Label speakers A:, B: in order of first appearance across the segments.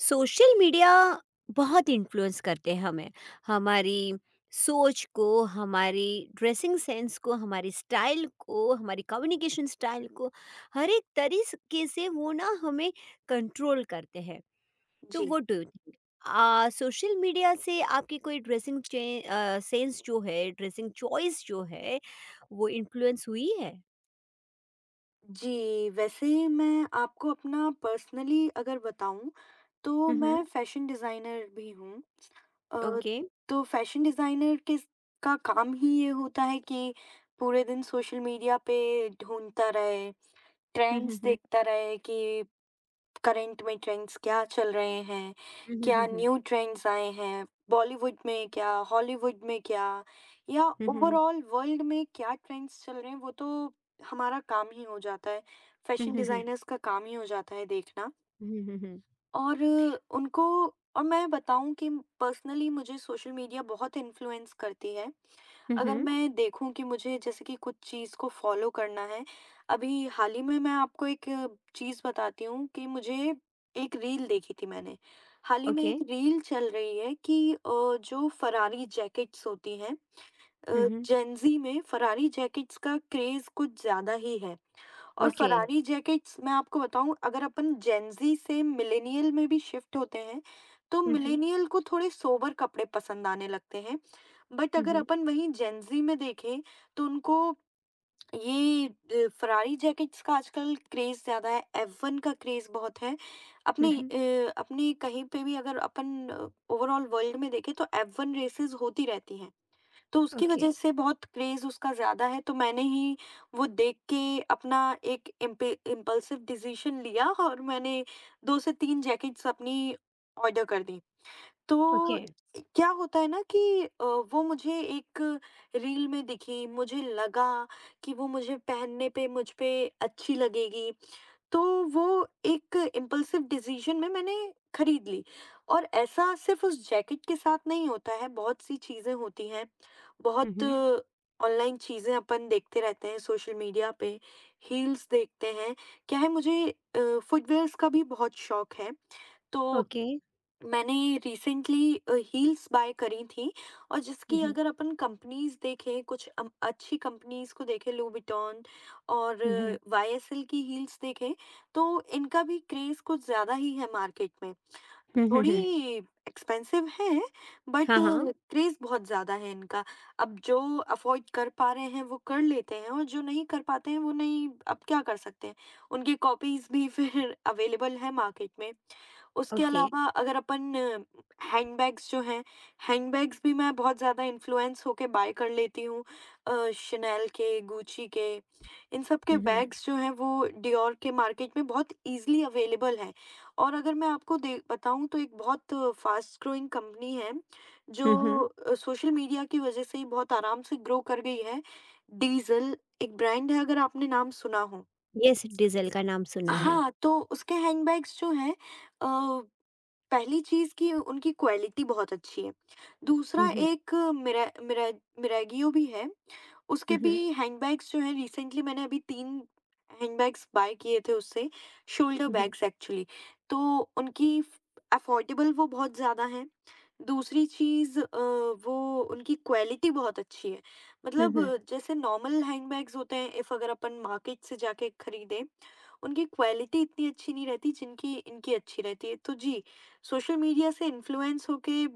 A: Social media बहुत influence करते हैं हमें, हमारी सोच को, हमारी ड्रेसिंग सेंस को, हमारी स्टाइल को, हमारी कम्युनिकेशन स्टाइल को। हर एक तरीके से वो ना हमें कंट्रोल करते हैं। तो
B: जी,
A: वो डू थिंक आ सोशल मीडिया से आपकी कोई ड्रेसिंग सेंस जो है, ड्रेसिंग चॉइस जो है, वो इन्फ्लुएंस हुई है?
B: जी, वैसे मैं आपको अपना पर्सनली अगर बताऊँ, तो
A: हम्म।
B: मैं फैशन डिज़ाइनर भी हूँ। अ,
A: ओके।
B: तो फैशन डिज़ाइनर किस का काम ही ये होता है कि पूरे दिन सोशल मीडिया पे ढूँढता रहे,
A: हम्म, हम्म,
B: ट्रेंड्स
A: हम्म,
B: देखता रहे कि करंट में ट्रेंड्स क्या चल रहे हैं, क्या
A: हम्म,
B: न्यू ट्रेंड्स आए हैं, बॉलीवुड में क्या, हॉलीवुड में क्या या
A: हम्म, हम्म, हम्म,
B: ओवरऑल वर्ल्ड में क्या ट्रेंड्स चल रहे हैं वो तो हमारा काम ही हो जाता है।
A: हम्म,
B: फैशन
A: हम्म, हम्म,
B: डिज़ाइनर्स का काम ही हो जाता है देखना
A: हम्म, हम्म,
B: और उनको और मैं बताऊँ कि पर्सनली मुझे सोशल मीडिया बहुत इन्फ्लुएंस करती है।
A: हम्म,
B: अगर मैं देखूँ कि मुझे जैसे कि कुछ चीज़ को फ़ॉलो करना है, अभी हाल ही में मैं आपको एक चीज़ बताती हूँ कि मुझे एक रील देखी थी मैंने। हाल ही में
A: ओके।
B: एक रील चल रही है कि जो फ़रारी जैकेट्स होती हैं, अ,
A: Mhm.
B: जेन ज़ी में फ़रारी जैकेट्स का क्रेज़ कुछ ज़्यादा ही है और
A: Okay.
B: फ़रारी जैकेट्स मैं आपको बताऊँ अगर अपन जेन ज़ी से मिलेनियल में भी शिफ़्ट होते हैं, तो
A: Mhm,
B: मिलेनियल को थोड़े सोबर कपड़े पसंद आने लगते हैं। बट अगर
A: mhm,
B: अपन वहीं जेनजी में देखें तो उनको ये फरारी जैकेट्स का आजकल क्रेज ज्यादा है, F1 का क्रेज बहुत है अपने,
A: mhm,
B: अपने कहीं पे भी अगर अपन ओवरऑल वर्ल्ड में देखें तो F1 रेसेस होती रहती हैं, तो उसकी
A: ओके,
B: वजह से बहुत क्रेज उसका ज्यादा है, तो मैंने ही वो देख के अपना एक इम्पल्सिव डिसीजन लिया और मैंने दो से तीन जैकेट्स अपनी ऑर्डर कर दी।
A: ओके।
B: तो क्या होता है ना कि वो मुझे एक रील में दिखी, मुझे लगा कि वो मुझे पहनने पे मुझ पे अच्छी लगेगी, तो वो एक इम्पल्सिव डिसीजन में मैंने खरीद ली और ऐसा सिर्फ़ उस जैकेट के साथ नहीं होता है, बहुत सी चीज़ें होती हैं,
A: हुँ,
B: बहुत
A: हुँ,
B: ऑनलाइन चीज़ें अपन देखते रहते हैं सोशल मीडिया पे, हील्स देखते हैं। क्या है मुझे फुटवियर्स का भी बहुत शौक है, तो
A: ओके।
B: मैंने रिसेंटली हील्स बाय करी थी और
A: हुँ,
B: जिसकी
A: हुँ,
B: अगर अपन कंपनीज देखें कुछ अच्छी कंपनीज को देखें लूबिटॉन और
A: हुँ, हुँ।
B: YSL की हील्स देखें तो इनका भी क्रेज कुछ ज़्यादा ही है मार्केट में।
A: हुँ, हुँ, हुँ।
B: थोड़ी एक्सपेंसिव है,
A: हाँ,
B: बट
A: हाँ,
B: क्रेज़ बहुत ज़्यादा है इनका। अब जो अफ़ोर्ड कर पा रहे हैं, वो कर लेते हैं और जो नहीं कर पाते हैं, वो नहीं, अब क्या कर सकते हैं? उनकी कॉपीज़ भी फिर अवेलेबल है मार्केट में। उसके
A: ओके।
B: अलावा अगर अपन हैंडबैग्स जो हैं, हैंडबैग्स भी मैं बहुत ज़्यादा इन्फ्लुएंस होके बाय कर लेती हूँ। शनेल के, गुची के, इन सब के
A: हुँ, हुँ,
B: बैग्स जो हैं, वो डियोर के मार्केट में बहुत ईज़िली अवेलेबल हैं। और अगर मैं आपको दे बताऊँ तो एक बहुत फ़ास्ट ग्रोइंग कंपनी है,
A: हुँ,
B: जो
A: हुँ।
B: सोशल मीडिया की वज़ह से ही बहुत आराम से ग्रो कर गई है। डीज़ल एक ब्रांड है अगर आपने नाम सुना हो।
A: यस, डीज़ल का नाम सुना है।
B: हाँ, तो उसके हैंडबैग्स जो हैं, अ, पहली चीज़ कि उनकी क्वालिटी बहुत अच्छी है।
A: हुँ,
B: दूसरा
A: हुँ,
B: एक मिरा मिरा मिरागियो भी है।
A: हुँ,
B: उसके भी
A: हुँ,
B: हैंडबैग्स जो हैं रिसेंटली मैंने अभी 3 हैंडबैग्स बाय किए थे उससे, शोल्डर
A: हुँ, हुँ,
B: बैग्स एक्चुअली। तो उनकी फ अफ़ोर्डेबल वो बहुत ज़्यादा हैं। दूसरी चीज़, वो उनकी क्वालिटी बहुत अच्छी है।
A: हुँ,
B: मतलब
A: हुँ।
B: हुँ। जैसे नॉर्मल हैंडबैग्स होते हैं, इफ़ अगर अपन मार्केट से जाके खरीदें, उनकी क्वालिटी इतनी अच्छी नहीं रहती जिनकी इनकी अच्छी रहती है। तो जी, सोशल मीडिया से इन्फ्लुएंस होके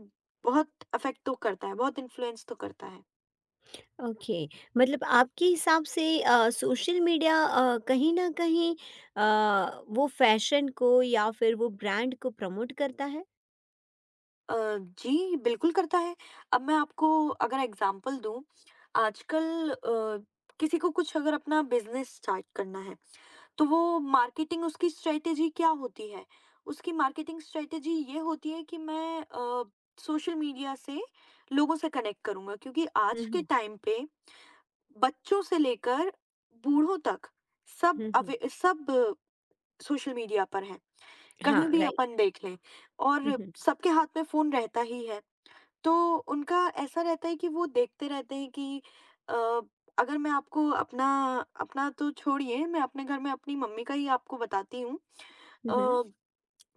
B: बहुत अफ़ेक्ट तो करता है, बहुत इन्फ्लुएंस तो करता है।
A: ओके। मतलब आपके हिसाब से सोशल मीडिया कहीं न कहीं वो फ़ैशन को या फिर वो ब्रांड को प्रमोट करता है?
B: अ, जी, बिल्कुल करता है। अब मैं आपको अगर एग्ज़ाम्पल दूँ, आजकल किसी को कुछ अगर अपना बिज़नेस स्टार्ट करना है, तो वो मार्केटिंग उसकी स्ट्रैटेजी क्या होती है? उसकी मार्केटिंग स्ट्रैटेजी ये होती है कि मैं सोशल मीडिया से लोगों से कनेक्ट करूँगा क्योंकि
A: हुँ,
B: आज के
A: हुँ,
B: टाइम पे बच्चों से लेकर बूढ़ों तक
A: हुँ, हुँ।
B: सब सोशल मीडिया पर हैं।
A: हाँ,
B: कहीं भी अपन
A: राइट।
B: देख लें
A: हुँ,
B: और
A: हुँ,
B: सबके हाथ में फ़ोन रहता ही है। तो उनका ऐसा रहता है कि वो देखते रहते हैं कि अ, अगर मैं आपको अपना अपना तो छोड़िए, मैं अपने घर में अपनी मम्मी का ही आपको बताती हूँ,
A: हुँ, हुँ,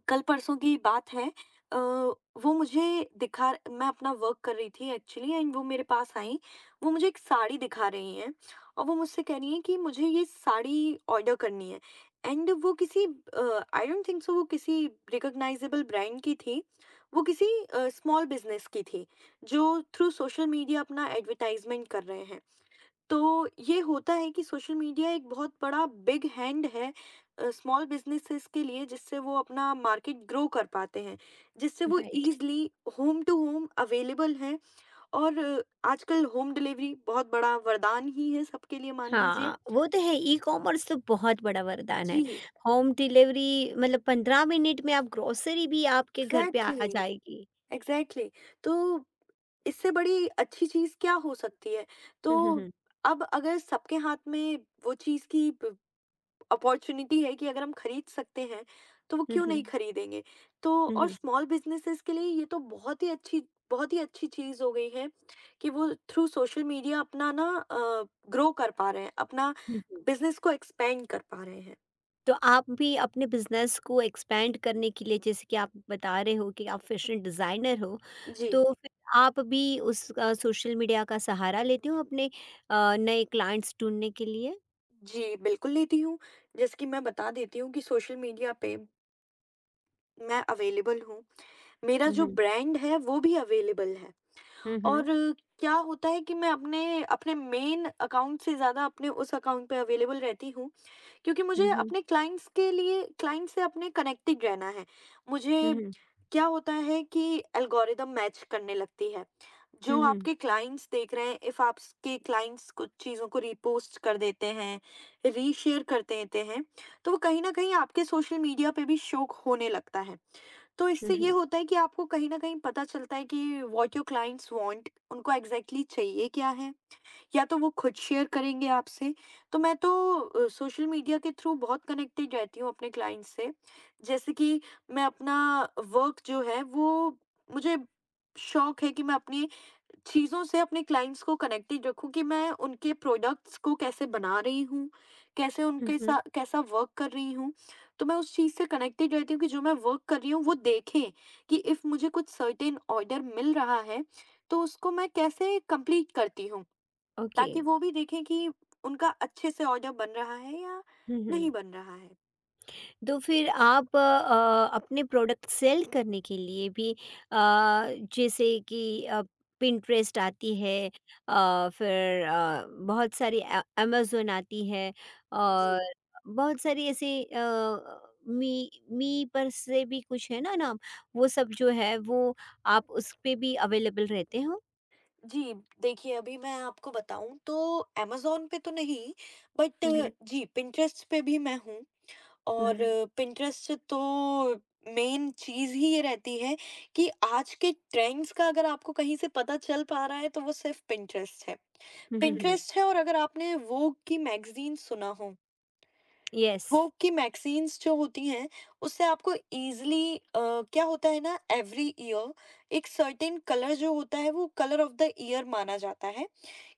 B: कल परसों की बात है, वो मुझे दिखा, मैं अपना वर्क कर रही थी एक्चुअली एंड वो मेरे पास आई, वो मुझे एक साड़ी दिखा रही हैं और वो मुझसे कह रही हैं कि मुझे ये साड़ी ऑर्डर करनी है एंड वो किसी, आई डोंट थिंक सो वो किसी रिकॉग्नाइजेबल ब्रांड की थी, वो किसी स्मॉल बिजनेस की थी जो थ्रू सोशल मीडिया अपना एडवर्टाइजमेंट कर रहे हैं। तो ये होता है कि सोशल मीडिया एक बहुत बड़ा बिग हैंड है स्मॉल बिजनेसेस के लिए, जिससे वो अपना मार्केट ग्रो कर पाते हैं, जिससे वो
A: right.
B: Easily home to home available है और आजकल होम डिलीवरी बहुत बड़ा वरदान ही है सबके लिए मान
A: हाँ,
B: लीजिए।
A: वो तो है, ई-कॉमर्स तो बहुत बड़ा वरदान है।
B: जी,
A: होम डिलीवरी मतलब 15 मिनट में आप ग्रोसरी भी आपके घर पे आ
B: एग्जैक्टली,
A: जाएगी।
B: एग्जैक्टली। तो इससे बड़ी अच्छी चीज क्या हो सकती है? तो
A: हुँ, हुँ, हुँ।
B: अब अगर सबके हाथ में वो चीज की अपॉर्चुनिटी है कि अगर हम खरीद सकते हैं, तो वो
A: हुँ,
B: क्यों
A: हुँ।
B: नहीं हुँ। खरीदेंगे? तो
A: हुँ,
B: और हुँ।
A: हुँ।
B: स्मॉल बिज़नेसेज़ के लिए ये तो बहुत ही अच्छी चीज़ हो गई है कि वो थ्रू सोशल मीडिया अपना ना अ, ग्रो कर पा रहे हैं, अपना
A: हुँ, हुँ।
B: बिज़नेस को एक्सपेंड कर पा रहे हैं।
A: तो आप भी अपने बिज़नेस को एक्सपेंड करने के लिए, जैसे कि आप बता रहे हो कि आप फैशन डिज़ाइनर हो,
B: जी।
A: तो फिर आप भी उसका सोशल मीडिया का सहारा लेते हो अपने नए क्लाइंट्स ढूँढने के लिए?
B: जी, बिल्कुल लेती हूँ। जैसे कि मैं बता देती हूँ कि सोशल मीडिया पे मैं अवेलेबल हूँ। मेरा
A: हुँ,
B: जो
A: हुँ।
B: ब्रांड है, वो भी अवेलेबल है।
A: हुँ,
B: और
A: हुँ।
B: क्या होता है कि मैं अपने अपने मेन अकाउंट से ज़्यादा अपने उस अकाउंट पे अवेलेबल रहती हूँ क्योंकि
A: हुँ,
B: मुझे
A: हुँ।
B: अपने क्लाइंट्स के लिए क्लाइंट से अपने कनेक्टेड रहना है।
A: हुँ,
B: मुझे
A: हुँ।
B: क्या होता है कि एल्गोरिदम मैच करने लगती है।
A: हुँ,
B: जो
A: हुँ।
B: आपके क्लाइंट्स देख रहे हैं, इफ़ आपके क्लाइंट्स कुछ चीज़ों को रीपोस्ट कर देते हैं, रीशेयर कर देते हैं, तो वो कहीं न कहीं आपके सोशल मीडिया पे भी शो होने लगता है। तो
A: हुँ,
B: इससे ये
A: हुँ।
B: होता है कि आपको कहीं न कहीं पता चलता है कि व्हाट योर क्लाइंट्स वांट, उनको एग्ज़ैक्टली चाहिए क्या है, या तो वो खुद शेयर करेंगे आपसे। तो मैं तो सोशल मीडिया के थ्रू बहुत कनेक्टेड रहती हूँ अपने क्लाइंट्स से। जैसे कि मैं अपना वर्क जो है, वो, मुझे शौक है कि मैं अपनी चीज़ों से अपने क्लाइंट्स को कनेक्टेड रखूँ कि मैं उनके प्रोडक्ट्स को कैसे बना रही हूँ, कैसे
A: हुँ,
B: उनके
A: हुँ।
B: सा कैसा वर्क कर रही हूँ। तो मैं उस चीज़ से कनेक्टेड रहती हूँ कि जो मैं वर्क कर रही हूँ वो देखें कि इफ़ मुझे कुछ सर्टेन ऑर्डर मिल रहा है, तो उसको मैं कैसे कंप्लीट करती हूँ,
A: ओके।
B: ताकि वो भी देखें कि उनका अच्छे से ऑर्डर बन रहा है या
A: हुँ, हुँ।
B: नहीं बन रहा है।
A: तो फिर आप अपने प्रोडक्ट सेल करने के लिए भी, अ, जैसे कि पिंटरेस्ट आती है, फिर बहुत सारी अमेज़न आती है,
B: जी।
A: और बहुत सारी ऐसी, मी मी पर से भी कुछ है ना नाम, वो सब जो है, वो आप उस पे भी अवेलेबल रहते हो?
B: जी, देखिए अभी मैं आपको बताऊँ तो अमेज़न पे तो नहीं, बट
A: हम्म,
B: जी, पिंटरेस्ट पे भी मैं हूँ। और
A: हम्म,
B: पिंटरेस्ट तो मेन चीज़ ही ये रहती है कि आज के ट्रेंड्स का अगर आपको कहीं से पता चल पा रहा है तो वो सिर्फ पिंटरेस्ट है। बिल्कुल।
A: हम्म,
B: पिंटरेस्ट है और अगर आपने वोग की मैगज़ीन सुना हो,
A: यस।
B: वोग की मैगज़ीन्स जो होती हैं उससे आपको ईज़िली, क्या होता है ना, एवरी ईयर एक सर्टेन कलर जो होता है वो कलर ऑफ़ द ईयर माना जाता है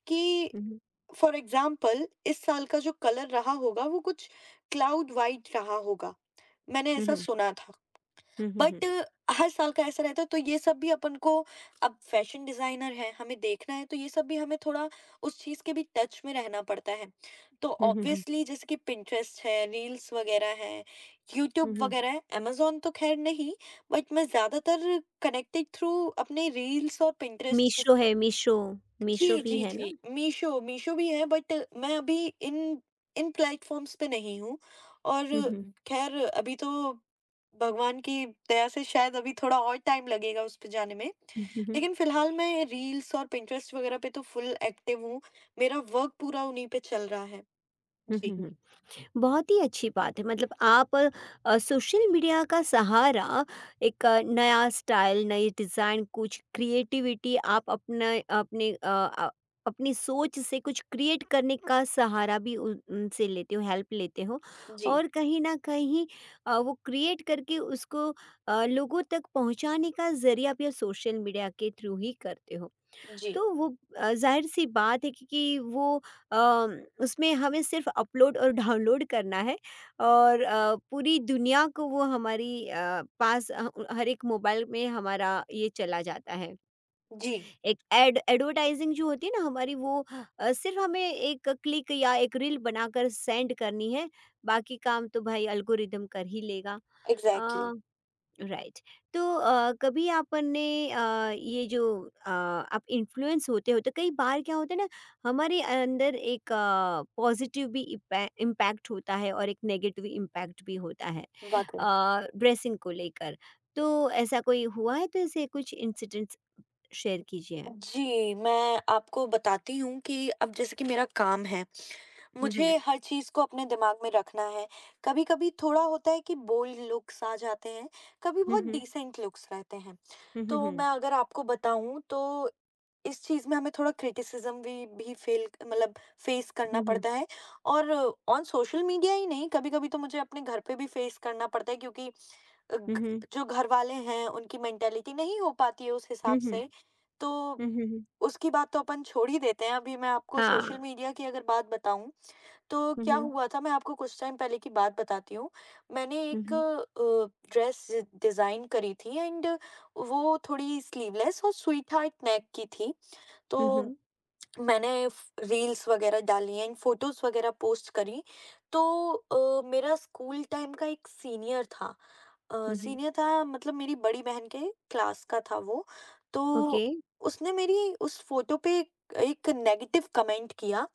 B: कि,
A: हम्म, हम्म,
B: फॉर एग्ज़ाम्पल, इस साल का जो कलर रहा होगा वो कुछ क्लाउड व्हाइट रहा होगा। मैंने ऐसा
A: yes,
B: सुना था।
A: हम्म, हम्म, हम्म,
B: बट हर साल का ऐसा रहता है, तो ये सब भी अपन को, अब फैशन डिज़ाइनर हैं, हमें देखना है तो ये सब भी हमें थोड़ा उस चीज़ के भी टच में रहना पड़ता है। तो
A: हम्म, हम्म, हम्म, हम्म,
B: ऑब्वियसली जैसे कि पिंटरेस्ट है, रील्स वगैरह हैं,
A: हम्म,
B: यूट्यूब
A: हम्म।
B: वगैरह है, अमेज़न तो ख़ैर नहीं, बट मैं ज़्यादातर कनेक्टेड थ्रू अपने रील्स और पिंटरेस्ट।
A: मीशो है, मीशो।
B: जी,
A: मीशो भी
B: जी,
A: है ना?
B: जी। मीशो, मीशो भी है बट मैं अभी इन इन प्लेटफ़ॉर्म्स पे नहीं हूँ और
A: हुँ, हुँ।
B: ख़ैर अभी तो भगवान की दया से शायद अभी थोड़ा और टाइम लगेगा उस पे जाने में।
A: हुँ, हुँ, हुँ।
B: लेकिन फ़िलहाल मैं रील्स और पिंटरेस्ट वग़ैरह पे तो फ़ुल एक्टिव हूँ। मेरा वर्क पूरा उन्हीं पे चल रहा है।
A: हुँ,
B: जी,
A: हुँ,
B: हुँ।
A: हुँ। बहुत ही अच्छी बात है, मतलब आप सोशल मीडिया का सहारा, एक नया स्टाइल, नई डिज़ाइन, कुछ क्रिएटिविटी आप अपना अपने अपनी सोच से कुछ क्रिएट करने का सहारा भी उन उनसे लेते हो, हेल्प लेते हो।
B: जी,
A: और कहीं न कहीं वो क्रिएट करके उसको लोगों तक पहुँचाने का ज़रिया आप ये सोशल मीडिया के थ्रू ही करते हो।
B: जी,
A: तो वो ज़ाहिर-सी बात है, क्योंकि वो अ, उसमें हमें सिर्फ़ अपलोड और डाउनलोड करना है, और पूरी दुनिया को वो हमारी पास ह हर एक मोबाइल में हमारा ये चला जाता है।
B: जी,
A: एक एड एडवर्टाइज़िंग जो होती है ना हमारी, वो सिर्फ़ हमें एक क्लिक या एक रील बनाकर सेंड करनी है, बाकी काम तो भाई एल्गोरिदम कर ही लेगा।
B: Exactly,
A: uh right. तो कभी आपने ये जो आप इन्फ्लुएंस होते हो, तो कई बार क्या होता है ना, हमारे अंदर एक पॉजिटिव भी इम्पैक्ट होता है और एक नेगेटिव इम्पैक्ट भी होता है
B: वाक़ई।
A: ड्रेसिंग को लेकर। तो ऐसा कोई हुआ है? तो ऐसे कुछ इंसिडेंट्स शेयर कीजिए।
B: जी, मैं आपको बताती हूँ कि अब जैसे कि मेरा काम है,
A: हम्म, हम्म,
B: मुझे हर चीज़ को अपने दिमाग में रखना है। कभी-कभी थोड़ा होता है कि बोल्ड लुक्स आ जाते हैं, कभी बहुत
A: हम्म,
B: डिसेंट लुक्स रहते हैं।
A: हम्म,
B: तो
A: हम्म,
B: मैं अगर आपको बताऊँ तो इस चीज़ में हमें थोड़ा क्रिटिसिज़्म भी फ़ेल मतलब फ़ेस करना
A: हम्म,
B: पड़ता है और ऑन सोशल मीडिया ही नहीं, कभी-कभी तो मुझे अपने घर पे भी फ़ेस करना पड़ता है क्योंकि अ, ग
A: हम्म, हम्म,
B: जो घरवाले हैं, उनकी मेंटालिटी नहीं हो पाती है उस हिसाब
A: हम्म, हम्म,
B: से। तो
A: हम्म, हम्म,
B: उसकी बात तो अपन छोड़ ही देते हैं। अभी मैं आपको
A: हाँ।
B: सोशल मीडिया की अगर बात बताऊँ, तो
A: हम्म,
B: क्या
A: हम्म,
B: हुआ था, मैं आपको कुछ टाइम पहले की बात बताती हूँ। मैंने एक
A: हम्म,
B: ड्रेस डिज़ाइन करी थी एंड वो थोड़ी स्लीवलेस और स्वीट हार्ट नेक की थी। तो
A: हम्म,
B: मैंने फ रील्स वगैरह डाली एंड फ़ोटोज़ वगैरह पोस्ट करी। तो मेरा स्कूल टाइम का एक सीनियर था,
A: हम्म,
B: सीनियर था मतलब मेरी बड़ी बहन के क्लास का था वो, हाँ। तो
A: ओके।
B: उसने मेरी उस फ़ोटो पे एक नेगेटिव कमेंट किया,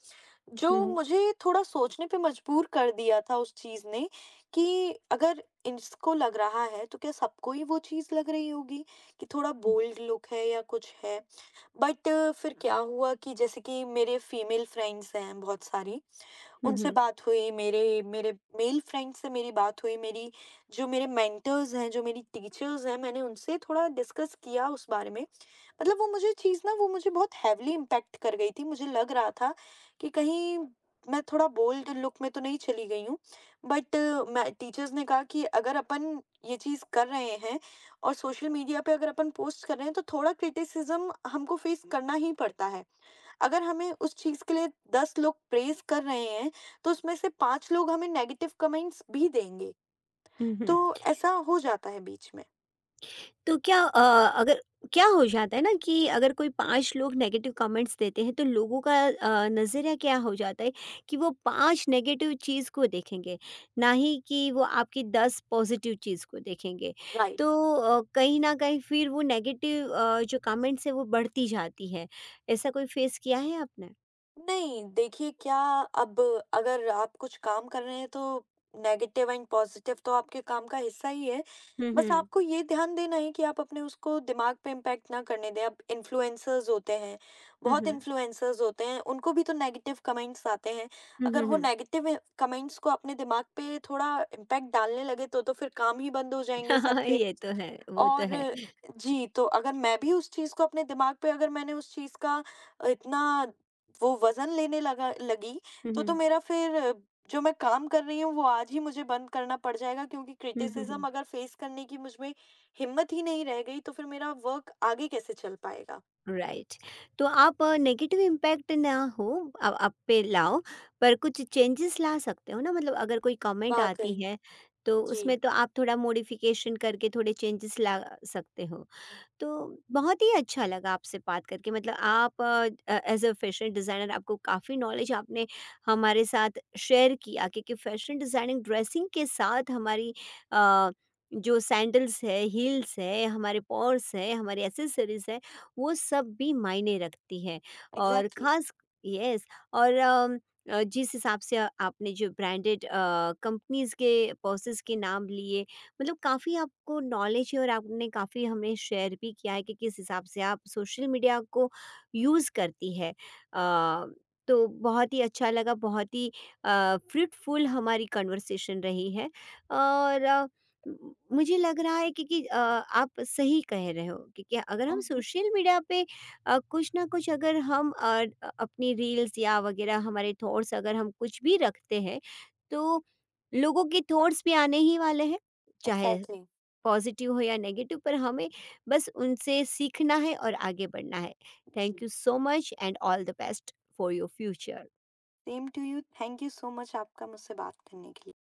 B: जो
A: हम्म, हम्म,
B: अरे! मुझे थोड़ा सोचने पे मजबूर कर दिया था उस चीज़ ने कि अगर इसको लग रहा है, तो क्या सबको ही वो चीज़ लग रही होगी कि थोड़ा बोल्ड लुक है या कुछ है? बट फिर हाँ। क्या हुआ कि जैसे कि मेरे फीमेल फ्रेंड्स हैं बहुत सारी, उनसे
A: हम्म,
B: बात हुई, मेरे मेरे मेल फ्रेंड से मेरी बात हुई, मेरी जो मेरे मेंटर्स हैं, जो मेरी टीचर्स हैं, मैंने उनसे थोड़ा डिस्कस किया उस बारे में। मतलब वो मुझे चीज़ ना वो मुझे बहुत हेवीली इम्पैक्ट कर गई थी, मुझे लग रहा था कि कहीं मैं थोड़ा बोल्ड लुक में तो नहीं चली गई हूँ, बट मैं टीचर्स ने कहा कि अगर अपन ये चीज़ कर रहे हैं और सोशल मीडिया पे अगर अपन पोस्ट कर रहे हैं, तो थोड़ा क्रिटिसिज़्म हमको फेस करना ही पड़ता है। अगर हमें उस चीज़ के लिए 10 लोग प्रेज़ कर रहे हैं, तो उसमें से 5 लोग हमें नेगेटिव कमेंट्स भी देंगे,
A: हम्म।
B: तो ऐसा हो जाता है बीच में।
A: तो क्या, अगर क्या हो जाता है ना कि अगर कोई 5 लोग नेगेटिव कमेंट्स देते हैं, तो लोगों का नज़रिया क्या हो जाता है? कि वो 5 नेगेटिव चीज़ को देखेंगे, ना ही कि वो आपकी 10 पॉजिटिव चीज़ को देखेंगे।
B: राइट।
A: तो कहीं न कहीं फिर वो नेगेटिव जो कमेंट्स है वो बढ़ती जाती है। ऐसा कोई फेस किया है आपने?
B: नहीं, देखिए क्या, अब अगर आप कुछ काम कर रहे हैं तो नेगेटिव एंड पॉजिटिव तो आपके काम का हिस्सा ही है।
A: हुँ,
B: बस
A: हुँ।
B: आपको ये ध्यान देना है कि आप अपने उसको दिमाग पे इम्पैक्ट ना करने दें। अब इन्फ्लुएंसर्स होते हैं,
A: हुँ,
B: बहुत हुँ।
A: हुँ।
B: इन्फ्लुएंसर्स होते हैं, उनको भी तो नेगेटिव कमेंट्स आते हैं।
A: हुँ,
B: अगर
A: हुँ,
B: वो हाँ।
A: हुँ।
B: नेगेटिव कमेंट्स को अपने दिमाग पे थोड़ा इम्पैक्ट डालने लगे तो फिर काम ही बंद हो जाएँगे सबके।
A: ये तो है, वो तो
B: और
A: है।
B: जी, तो अगर मैं भी उस चीज़ को अपने दिमाग पे अगर मैंने उस चीज़ का इतना वो वज़न लेने लगा लगी,
A: हुँ,
B: तो
A: हुँ।
B: मेरा फिर जो मैं काम कर रही हूँ वो आज ही मुझे बंद करना पड़ जाएगा क्योंकि हुँ।
A: हुँ, हुँ, हुँ।
B: क्रिटिसिज़्म अगर फ़ेस करने की मुझमें हिम्मत ही नहीं रह गई तो फिर मेरा वर्क आगे कैसे चल पाएगा?
A: राइट। तो आप नेगेटिव इम्पैक्ट ना हो, आप पे लाओ, पर कुछ चेंजेस ला सकते हो ना, मतलब अगर कोई कमेंट आती
B: वाक़ई।
A: है तो
B: जी।
A: उसमें तो आप थोड़ा मॉडिफिकेशन करके थोड़े चेंजेस ला सकते हो।
B: हुँ।
A: तो बहुत ही अच्छा लगा आपसे बात करके। मतलब आप एज अ फैशन डिज़ाइनर, आपको काफ़ी नॉलेज, आपने हमारे साथ शेयर किया, क्योंकि फैशन डिज़ाइनिंग ड्रेसिंग के साथ हमारी अ, जो सैंडल्स है, हील्स है, हमारे पॉर्स है, हमारी एसेसरीज है, वो सब भी मायने रखती है। और
B: एग्ज़ैक्टली।
A: ख़ास, यस, और जिस हिसाब से आपने जो ब्रांडेड कंपनीज के, पर्सेस के नाम लिए, मतलब काफ़ी आपको नॉलेज है, और आपने काफ़ी हमें शेयर भी किया है कि किस हिसाब से आप सोशल मीडिया को यूज़ करती है। तो बहुत ही अच्छा लगा, बहुत ही फ्रूटफुल हमारी कन्वर्सेशन रही है। और मुझे लग रहा है कि आप सही कह रहे हो, क्योंकि अगर हम
B: हुँ, हुँ।
A: सोशल मीडिया पे कुछ ना कुछ, अगर हम अपनी रील्स या वगैरह, हमारे थॉट्स अगर हम कुछ भी रखते हैं, तो लोगों के थॉट्स भी आने ही वाले हैं, चाहे
B: एग्ज़ैक्टली।
A: पॉजिटिव हो या नेगेटिव, पर हमें बस उनसे सीखना है और आगे बढ़ना है। थैंक
B: जी।
A: You so much and all the best for your future.
B: Same to you. Thank you so much आपका मुझसे बात करने के लिए।